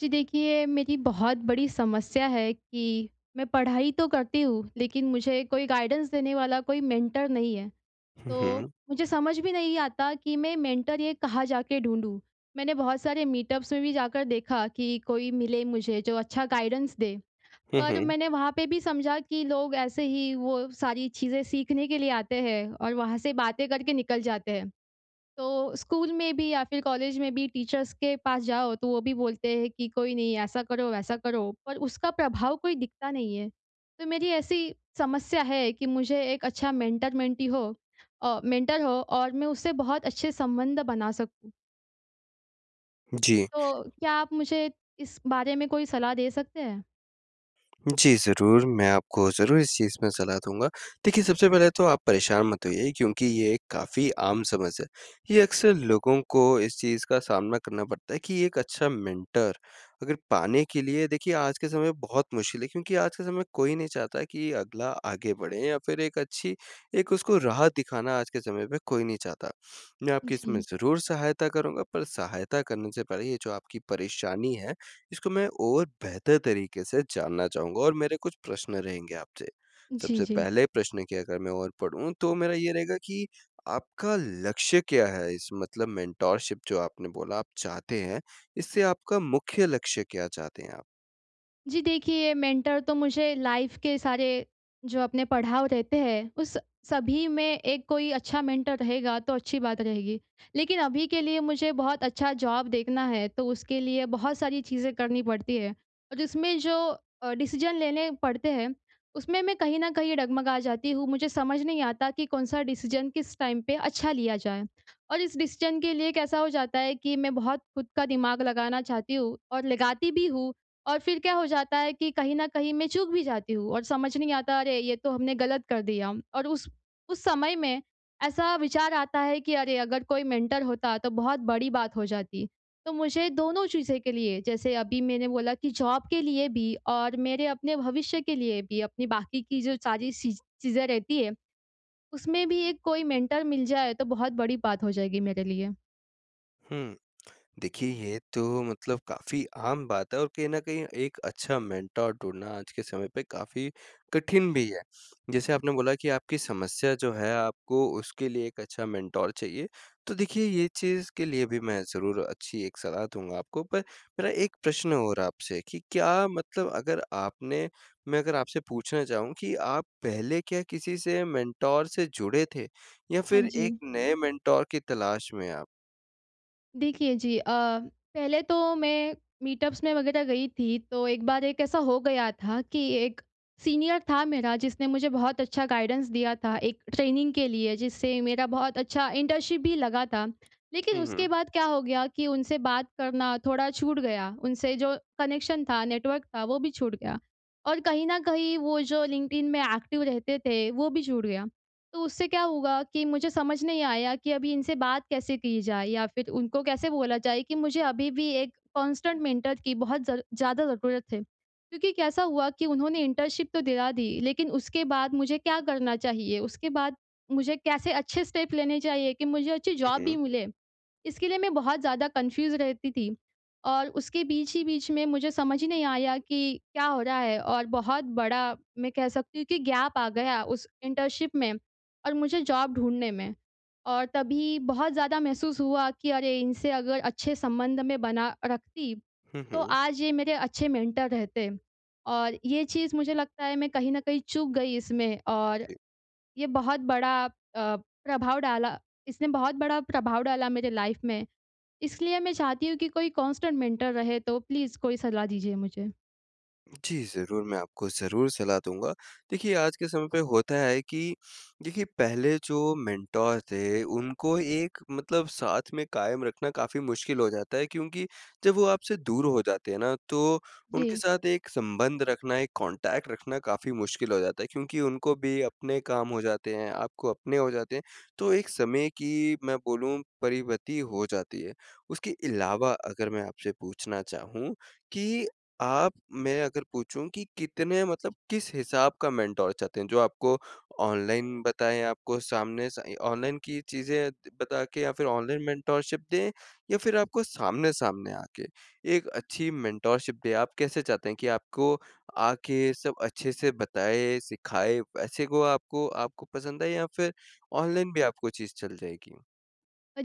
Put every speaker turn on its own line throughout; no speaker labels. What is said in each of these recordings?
जी, देखिए, मेरी बहुत बड़ी समस्या है कि मैं पढ़ाई तो करती हूँ, लेकिन मुझे कोई गाइडेंस देने वाला कोई मेंटर नहीं है।
हुँ,
तो
हुँ।
मुझे समझ भी नहीं आता कि मैं मेंटर ये कहाँ जाके ढूँढूँ? मैंने बहुत सारे मीटअप्स में भी जाकर देखा कि कोई मिले मुझे जो अच्छा गाइडेंस दे।
हुँ,
पर
हुँ।
मैंने वहाँ पे भी समझा कि लोग ऐसे ही वो सारी चीज़ें सीखने के लिए आते हैं और वहाँ से बातें करके निकल जाते हैं। तो स्कूल में भी या फिर कॉलेज में भी टीचर्स के पास जाओ तो वो भी बोलते हैं कि कोई नहीं, ऐसा करो, वैसा करो, पर उसका प्रभाव कोई दिखता नहीं है। तो मेरी ऐसी समस्या है कि मुझे एक अच्छा मेंटर हो और मैं उससे बहुत अच्छे संबंध बना सकूं।
जी।
तो क्या आप मुझे इस बारे में कोई सलाह दे सकते हैं?
जी, ज़रूर, मैं आपको ज़रूर इस चीज़ में सलाह दूँगा। देखिए, सबसे पहले तो आप परेशान मत होइए क्योंकि ये एक काफ़ी आम समस्या है। ये अक्सर लोगों को इस चीज़ का सामना करना पड़ता है कि एक अच्छा मेंटर अगर पाने के लिए देखिए आज के समय में बहुत मुश्किल है, क्योंकि आज के समय में कोई नहीं चाहता कि अगला आगे बढ़े या फिर एक उसको राह दिखाना, आज के समय पे कोई नहीं चाहता। मैं आपकी इसमें
जी।
ज़रूर सहायता करूँगा, पर सहायता करने से पहले ये जो आपकी परेशानी है, इसको मैं और बेहतर तरीके से जानना चाहूँगा और मेरे कुछ प्रश्न रहेंगे आपसे।
जी,
सबसे
जी।
पहले प्रश्न की अगर मैं और पढ़ूँ तो मेरा ये रहेगा कि आपका लक्ष्य क्या है? इस मतलब मेंटोरशिप जो आपने बोला आप चाहते हैं, इससे आपका मुख्य लक्ष्य क्या चाहते हैं आप?
जी, देखिए, मेंटर तो मुझे लाइफ़ के सारे जो अपने पड़ाव रहते हैं, उस सभी में एक कोई अच्छा मेंटर रहेगा तो अच्छी बात रहेगी। लेकिन अभी के लिए मुझे बहुत अच्छा जॉब देखना है, तो उसके लिए बहुत सारी चीज़ें करनी पड़ती है, और उसमें जो डिसीज़न लेने पड़ते हैं, उसमें मैं कहीं न कहीं डगमगा जाती हूँ। मुझे समझ नहीं आता कि कौन-सा डिसीज़न किस टाइम पे अच्छा लिया जाए, और इस डिसीज़न के लिए कैसा हो जाता है कि मैं बहुत खुद का दिमाग लगाना चाहती हूँ और लगाती भी हूँ। और फिर क्या हो जाता है कि कहीं न कहीं मैं चूक भी जाती हूँ और समझ नहीं आता, अरे! ये तो हमने गलत कर दिया। और उस समय में ऐसा विचार आता है कि अरे! अगर कोई मेंटर होता तो बहुत बड़ी बात हो जाती। तो मुझे दोनों चीज़ें के लिए, जैसे अभी मैंने बोला कि जॉब के लिए भी और मेरे अपने भविष्य के लिए भी, अपनी बाकी की जो सारी सीज़ चीज़ें रहती है, उसमें भी एक कोई मेंटर मिल जाए तो बहुत बड़ी बात हो जाएगी मेरे लिए।
हुँ। देखिए, ये तो मतलब काफ़ी आम बात है और कहीं न कहीं एक अच्छा मेंटर ढूँढना आज के समय पे काफ़ी कठिन भी है। जैसे आपने बोला कि आपकी समस्या जो है, आपको उसके लिए एक अच्छा मेंटर चाहिए, तो देखिए ये चीज़ के लिए भी मैं ज़रूर अच्छी एक सलाह दूँगा आपको। पर मेरा एक प्रश्न और आपसे कि क्या मतलब, अगर आपने मैं अगर आपसे पूछना चाहूँ कि आप पहले क्या किसी से मेंटर से जुड़े थे या
हाँ
फिर
जी।
एक नए मेंटर की तलाश में आप?
देखिए जी, पहले तो मैं मीटअप्स में वगैरह गई थी, तो एक बार एक ऐसा हो गया था कि एक सीनियर था मेरा, जिसने मुझे बहुत अच्छा गाइडेंस दिया था एक ट्रेनिंग के लिए, जिससे मेरा बहुत अच्छा इंटर्नशिप भी लगा था। लेकिन
हुँ,
उसके
हुँ।
बाद क्या हो गया कि उनसे बात करना थोड़ा छूट गया, उनसे जो कनेक्शन था, नेटवर्क था, वो भी छूट गया। और कहीं न कहीं वो जो लिंक्डइन में एक्टिव रहते थे, वो भी छूट गया। तो उससे क्या होगा कि मुझे समझ नहीं आया कि अभी इनसे बात कैसे की जाए, या फिर उनको कैसे बोला जाए कि मुझे अभी भी एक कांस्टेंट मेंटर की बहुत ज़्यादा ज़रूरत है, क्योंकि कैसा हुआ कि उन्होंने इंटर्नशिप तो दिला दी, लेकिन उसके बाद मुझे क्या करना चाहिए, उसके बाद मुझे कैसे अच्छे स्टेप लेने चाहिए कि मुझे अच्छी जॉब
हुँ,
भी
हुँ।
मिले। इसके लिए मैं बहुत ज़्यादा कन्फ्यूज़ रहती थी, और उसके बीच ही बीच में मुझे समझ ही नहीं आया कि क्या हो रहा है, और बहुत बड़ा, मैं कह सकती हूँ कि गैप आ गया उस इंटर्नशिप में और मुझे जॉब ढूँढने में। और तभी बहुत ज़्यादा महसूस हुआ कि अरे! इनसे अगर अच्छे संबंध में बना रखती,
हुँ,
तो
हुँ।
आज ये मेरे अच्छे मेंटर रहते। और ये चीज़ मुझे लगता है मैं कहीं न कहीं चूक गई इसमें। और
जी,
ये बहुत बड़ा अ, प्रभाव डाला इसने बहुत बड़ा प्रभाव डाला मेरे लाइफ़ में। इसलिए मैं चाहती हूँ कि कोई कांस्टेंट मेंटर रहे, तो प्लीज़ कोई सलाह दीजिए मुझे।
जी, ज़रूर मैं आपको ज़रूर सलाह दूँगा। देखिए, आज के समय पे होता है कि देखिए, पहले जो मेंटोर थे उनको एक मतलब साथ में कायम रखना काफ़ी मुश्किल हो जाता है, क्योंकि जब वो आपसे दूर हो जाते हैं ना, तो
जी।
उनके साथ एक संबंध रखना, एक कॉन्टैक्ट रखना काफ़ी मुश्किल हो जाता है क्योंकि उनको भी अपने काम हो जाते हैं, आपको अपने हो जाते हैं। तो एक समय की, मैं बोलूँ, परिपति हो जाती है। उसके अलावा अगर मैं आपसे पूछना चाहूँ कि आप मैं अगर पूछूँ कि कितने मतलब किस हिसाब का मेंटोर चाहते हैं? जो आपको ऑनलाइन बताएँ, आपको सामने स ऑनलाइन की चीज़ें बता के या फिर ऑनलाइन मेंटोरशिप दें, या फिर आपको सामने-सामने आके एक अच्छी मेंटोरशिप दें? आप कैसे चाहते हैं कि आपको आके सब अच्छे से बताए, सिखाए, वैसे को आपको आपको पसंद है या फिर ऑनलाइन भी आपको चीज़ चल जाएगी?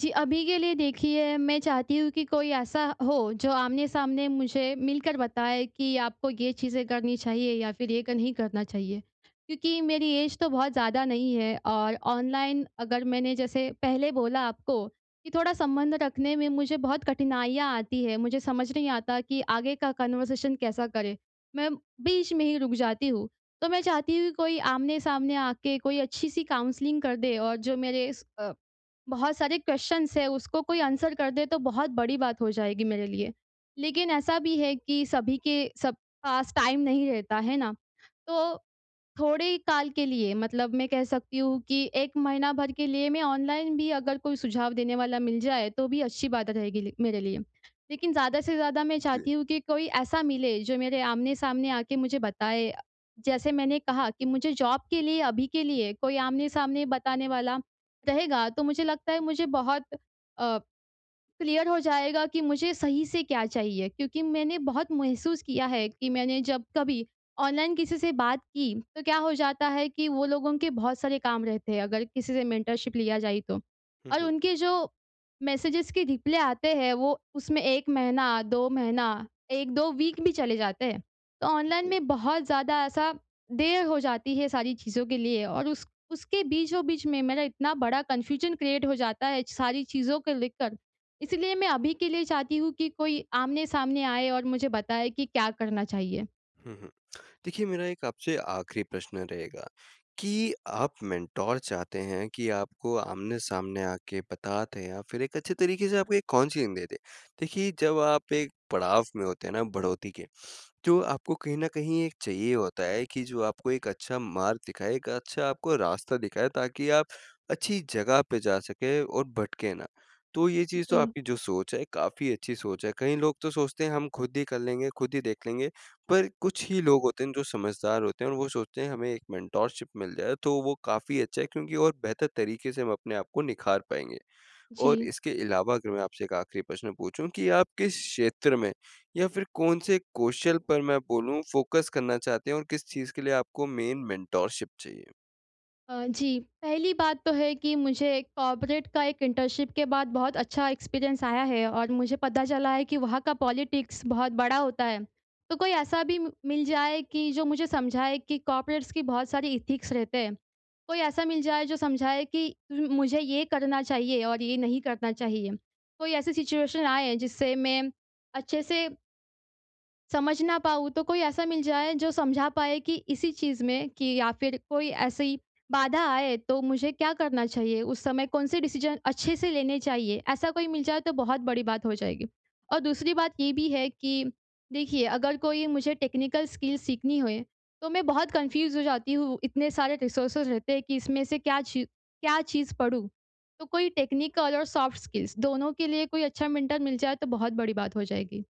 जी, अभी के लिए देखिए, मैं चाहती हूँ कि कोई ऐसा हो जो आमने-सामने मुझे मिलकर बताए कि आपको ये चीज़ें करनी चाहिए, या फिर ये क नहीं करना चाहिए। क्योंकि मेरी ऐज तो बहुत ज़्यादा नहीं है, और ऑनलाइन, अगर मैंने जैसे पहले बोला आपको, कि थोड़ा संबंध रखने में मुझे बहुत कठिनाइयाँ आती हैं। मुझे समझ नहीं आता कि आगे का कन्वर्सेशन कैसा करें। मैं बीच में ही रुक जाती हूँ। तो मैं चाहती हूँ कि कोई आमने-सामने आके कोई अच्छी-सी काउंसलिंग कर दे, और जो मेरे इस बहुत सारे क्वेश्चन्स हैं, उसको कोई आंसर कर दे, तो बहुत बड़ी बात हो जाएगी मेरे लिए। लेकिन ऐसा भी है कि सभी के सब पास टाइम नहीं रहता, है ना? तो थोड़े ही काल के लिए, मतलब मैं कह सकती हूँ कि 1 महीना भर के लिए मैं ऑनलाइन भी अगर कोई सुझाव देने वाला मिल जाए, तो भी अच्छी बात रहेगी लि मेरे लिए। लेकिन ज़्यादा से ज़्यादा मैं
जी।
चाहती हूँ कि कोई ऐसा मिले जो मेरे आमने-सामने आके मुझे बताए। जैसे मैंने कहा कि मुझे जॉब के लिए अभी के लिए कोई आमने-सामने बताने वाला रहेगा, तो मुझे लगता है मुझे बहुत अ क्लियर हो जाएगा कि मुझे सही से क्या चाहिए। क्योंकि मैंने बहुत महसूस किया है कि मैंने जब कभी ऑनलाइन किसी से बात की, तो क्या हो जाता है कि वो लोगों के बहुत सारे काम रहते हैं, अगर किसी से मेंटरशिप लिया जाए तो।
हुँ,
और
हुँ।
उनके जो मैसेजेस के रिप्लाई आते हैं, वो उसमें 1 महीना, 2 महीना, 1-2 वीक भी चले जाते हैं। तो ऑनलाइन
जी।
में बहुत ज़्यादा ऐसा देर हो जाती है सारी चीज़ों के लिए, और उस उसके बीचों-बीच में मेरा इतना बड़ा कन्फ्यूजन क्रिएट हो जाता है, सारी चीज़ों को लेकर। इसलिए मैं अभी के लिए चाहती हूँ कि कोई आमने-सामने आए और मुझे बताए कि क्या करना चाहिए?
हुँ, हुँ। देखिए, मेरा एक आपसे आखिरी प्रश्न रहेगा कि आप मेंटोर चाहते हैं कि आपको आमने-सामने आके बता दें, या फिर एक अच्छे तरीके से आपको एक काउंसलिंग दे दें। देखिए, जब आप एक पड़ाव में होते हैं ना बढ़ोतरी के, जो आपको कहीं न कहीं एक चाहिए होता है कि जो आपको एक अच्छा मार्ग दिखाए, एक अच्छा आपको रास्ता दिखाए, ताकि आप अच्छी जगह पे जा सकें और भटके ना। तो ये चीज़ तो
जी,
आपकी जो सोच है, काफ़ी अच्छी सोच है। कई लोग तो सोचते हैं हम खुद ही कर लेंगे, खुद ही देख लेंगे, पर कुछ ही लोग होते हैं जो समझदार होते हैं और वो सोचते हैं हमें एक मेंटोरशिप मिल जाए तो वो काफ़ी अच्छा है, क्योंकि और बेहतर तरीके से हम अपने आप को निखार पाएँगे।
जी।
और इसके अलावा अगर मैं आपसे एक आखिरी प्रश्न पूछूँ कि आप किस क्षेत्र में या फिर कौन-से कौशल पर, मैं बोलूँ, फ़ोकस करना चाहते हैं और किस चीज़ के लिए आपको मेन मेंटोरशिप चाहिए?
जी, पहली बात तो है कि मुझे कॉर्पोरेट का एक इंटर्नशिप के बाद बहुत अच्छा एक्सपीरियंस आया है, और मुझे पता चला है कि वहाँ का पॉलिटिक्स बहुत बड़ा होता है। तो कोई ऐसा भी म मिल जाए कि जो मुझे समझाए कि कॉर्पोरेट्स की बहुत सारी एथिक्स रहते हैं। कोई ऐसा मिल जाए जो समझाए कि मुझे ये करना चाहिए और ये नहीं करना चाहिए। कोई ऐसी सिचुएशन आए जिससे मैं अच्छे से समझ ना पाऊँ, तो कोई ऐसा मिल जाए जो समझा पाए कि इसी चीज़ में, कि या फिर कोई ऐसी बाधा आए, तो मुझे क्या करना चाहिए? उस समय कौन से डिसीज़न अच्छे से लेने चाहिए? ऐसा कोई मिल जाए तो बहुत बड़ी बात हो जाएगी। और दूसरी बात ये भी है कि देखिए, अगर कोई मुझे टेक्निकल स्किल सीखनी होए, तो मैं बहुत कन्फ्यूज़ हो जाती हूँ, इतने सारे रिसोर्सेज़ रहते हैं कि इसमें से क्या चीज़ पढ़ूँ? तो कोई टेक्निकल और सॉफ्ट स्किल्स दोनों के लिए कोई अच्छा मेंटर मिल जाए, तो बहुत बड़ी बात हो जाएगी।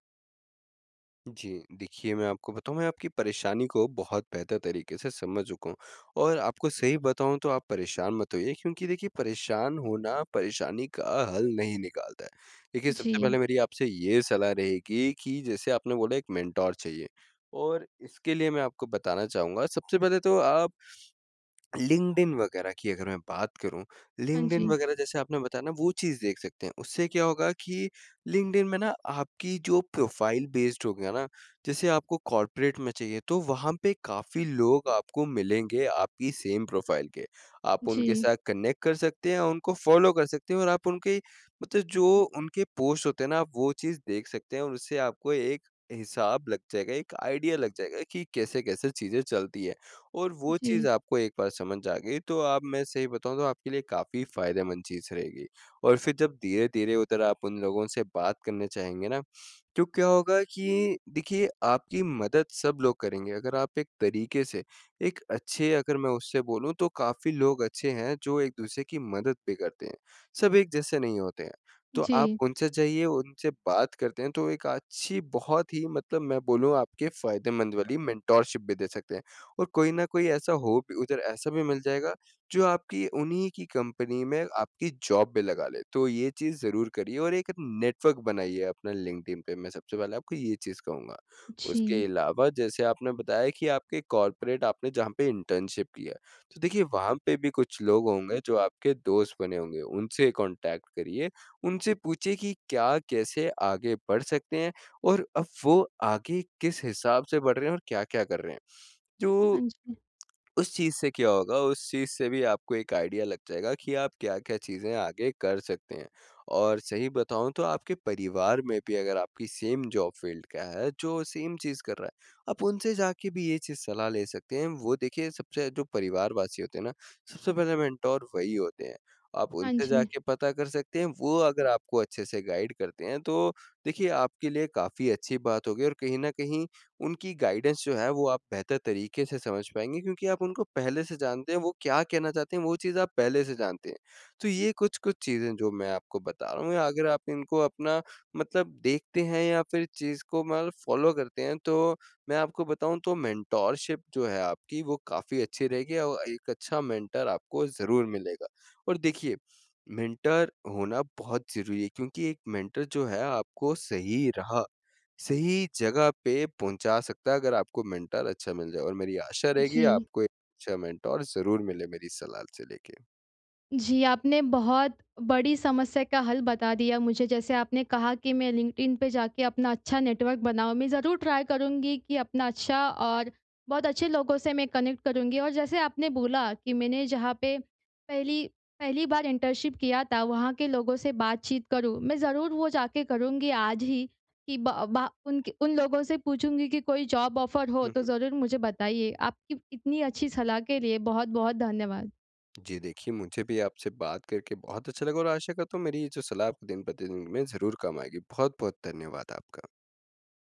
जी, देखिए, मैं आपको बताऊँ, मैं आपकी परेशानी को बहुत बेहतर तरीके से समझ चुका हूँ और आपको सही बताऊँ तो आप परेशान मत होइए क्योंकि देखिए, परेशान होना परेशानी का हल नहीं निकालता है। देखिए, सबसे
जी।
पहले मेरी आपसे ये सलाह रहेगी कि जैसे आपने बोला एक मेंटर चाहिए, और इसके लिए मैं आपको बताना चाहूँगा, सबसे पहले तो आप लिंक्डइन वगैरह की अगर मैं बात करूँ,
हाँ
लिंक्डइन
जी।
वगैरह जैसे आपने बताया ना, वो चीज़ देख सकते हैं। उससे क्या होगा कि लिंक्डइन में ना आपकी जो प्रोफ़ाइल बेस्ड हो गया ना, जैसे आपको कॉर्पोरेट में चाहिए, तो वहाँ पे काफ़ी लोग आपको मिलेंगे आपकी सेम प्रोफ़ाइल के। आप उनके
जी,
साथ कनेक्ट कर सकते हैं, उनको फ़ॉलो कर सकते हैं और आप उनके मतलब जो उनके पोस्ट होते हैं ना, आप वो चीज़ देख सकते हैं और उससे आपको एक हिसाब लग जाएगा, एक आइडिया लग जाएगा कि कैसे-कैसे चीज़ें चलती है। और वो चीज़
जी,
आपको एक बार समझ आ गई तो आप, मैं सही बताऊँ तो, आपके लिए काफ़ी फ़ायदेमंद चीज़ रहेगी। और फिर जब धीरे-धीरे उधर आप उन लोगों से बात करने चाहेंगे ना, तो क्या होगा कि देखिए, आपकी मदद सब लोग करेंगे। अगर आप एक तरीके से एक अच्छे, अगर मैं उससे बोलूँ, तो काफ़ी लोग अच्छे हैं जो एक-दूसरे की मदद भी करते हैं। सब एक जैसे नहीं होते हैं। तो आप
जी,
उनसे जाइए, उनसे बात करते हैं तो एक अच्छी बहुत ही, मतलब मैं बोलूँ, आपके फ़ायदेमंद वाली मेंटरशिप भी दे सकते हैं। और कोई न कोई ऐसा हो भी उधर, ऐसा भी मिल जाएगा जो आपकी उन्हीं की कंपनी में आपकी जॉब पे लगा ले। तो ये चीज़ ज़रूर करिए और एक नेटवर्क बनाइए अपना लिंक्डइन पे, मैं सबसे पहले आपको ये चीज़ कहूँगा। उसके
जी।
अलावा जैसे आपने बताया कि आपके कॉर्पोरेट, आपने जहाँ पे इंटर्नशिप किया, तो देखिए, वहाँ पे भी कुछ लोग होंगे जो आपके दोस्त बने होंगे, उनसे कॉन्टैक्ट करिए, उनसे पूछिए कि क्या, कैसे आगे बढ़ सकते हैं और अब वो आगे किस हिसाब से बढ़ रहे हैं और क्या-क्या कर रहे हैं।
हाँ
जो
जी,
उस चीज़ से क्या होगा, उस चीज़ से भी आपको एक आइडिया लग जाएगा कि आप क्या-क्या चीज़ें आगे कर सकते हैं। और सही बताऊँ तो आपके परिवार में भी अगर आपकी सेम जॉब फ़ील्ड का है, जो सेम चीज़ कर रहा है, आप उनसे जाके भी ये चीज़ सलाह ले सकते हैं। वो देखिए, सबसे जो परिवारवासी होते हैं ना, सबसे पहले मेंटर वही होते हैं। आप
हाँ
उनसे
जी,
जाके पता कर सकते हैं, वो अगर आपको अच्छे से गाइड करते हैं, तो देखिए, आपके लिए काफ़ी अच्छी बात होगी और कहीं न कहीं उनकी गाइडेंस जो है वो आप बेहतर तरीके से समझ पाएँगे क्योंकि आप उनको पहले से जानते हैं, वो क्या कहना चाहते हैं वो चीज़ आप पहले से जानते हैं। तो ये कुछ-कुछ चीज़ें जो मैं आपको बता रहा हूँ, अगर आप इनको अपना मतलब देखते हैं या फिर इस चीज़ को मतलब फ़ॉलो करते हैं, तो मैं आपको बताऊँ तो मेंटोरशिप जो है आपकी, वो काफ़ी अच्छी रहेगी और एक अच्छा मेंटर आपको ज़रूर मिलेगा। और देखिए, मेंटर होना बहुत ज़रूरी है क्योंकि एक मेंटर जो है, आपको सही जगह पे पहुँचा सकता है अगर आपको मेंटर अच्छा मिल जाए, और मेरी आशा रहेगी
जी।
आपको एक अच्छा मेंटर ज़रूर मिले मेरी इस सलाह से लेके।
जी, आपने बहुत बड़ी समस्या का हल बता दिया मुझे। जैसे आपने कहा कि मैं लिंक्डइन पे जाके अपना अच्छा नेटवर्क बनाऊँ, मैं ज़रूर ट्राई करूँगी कि अपना अच्छा, और बहुत अच्छे लोगों से मैं कनेक्ट करूँगी। और जैसे आपने बोला कि मैंने जहाँ पे पहली पहली बार इंटर्नशिप किया था, वहाँ के लोगों से बातचीत करूँ, मैं ज़रूर वो जाके करूँगी आज ही, कि ब बा उनके उन लोगों से पूछूँगी कि कोई जॉब ऑफ़र हो
हुँ,
तो
हुँ।
ज़रूर मुझे बताइए। आपकी इतनी अच्छी सलाह के लिए बहुत-बहुत धन्यवाद।
जी, देखिए, मुझे भी आपसे बात करके बहुत अच्छा लगा और आशा करता हूँ मेरी ये जो सलाह, आपको दिन प्रतिदिन में ज़रूर काम आएगी। बहुत-बहुत धन्यवाद आपका।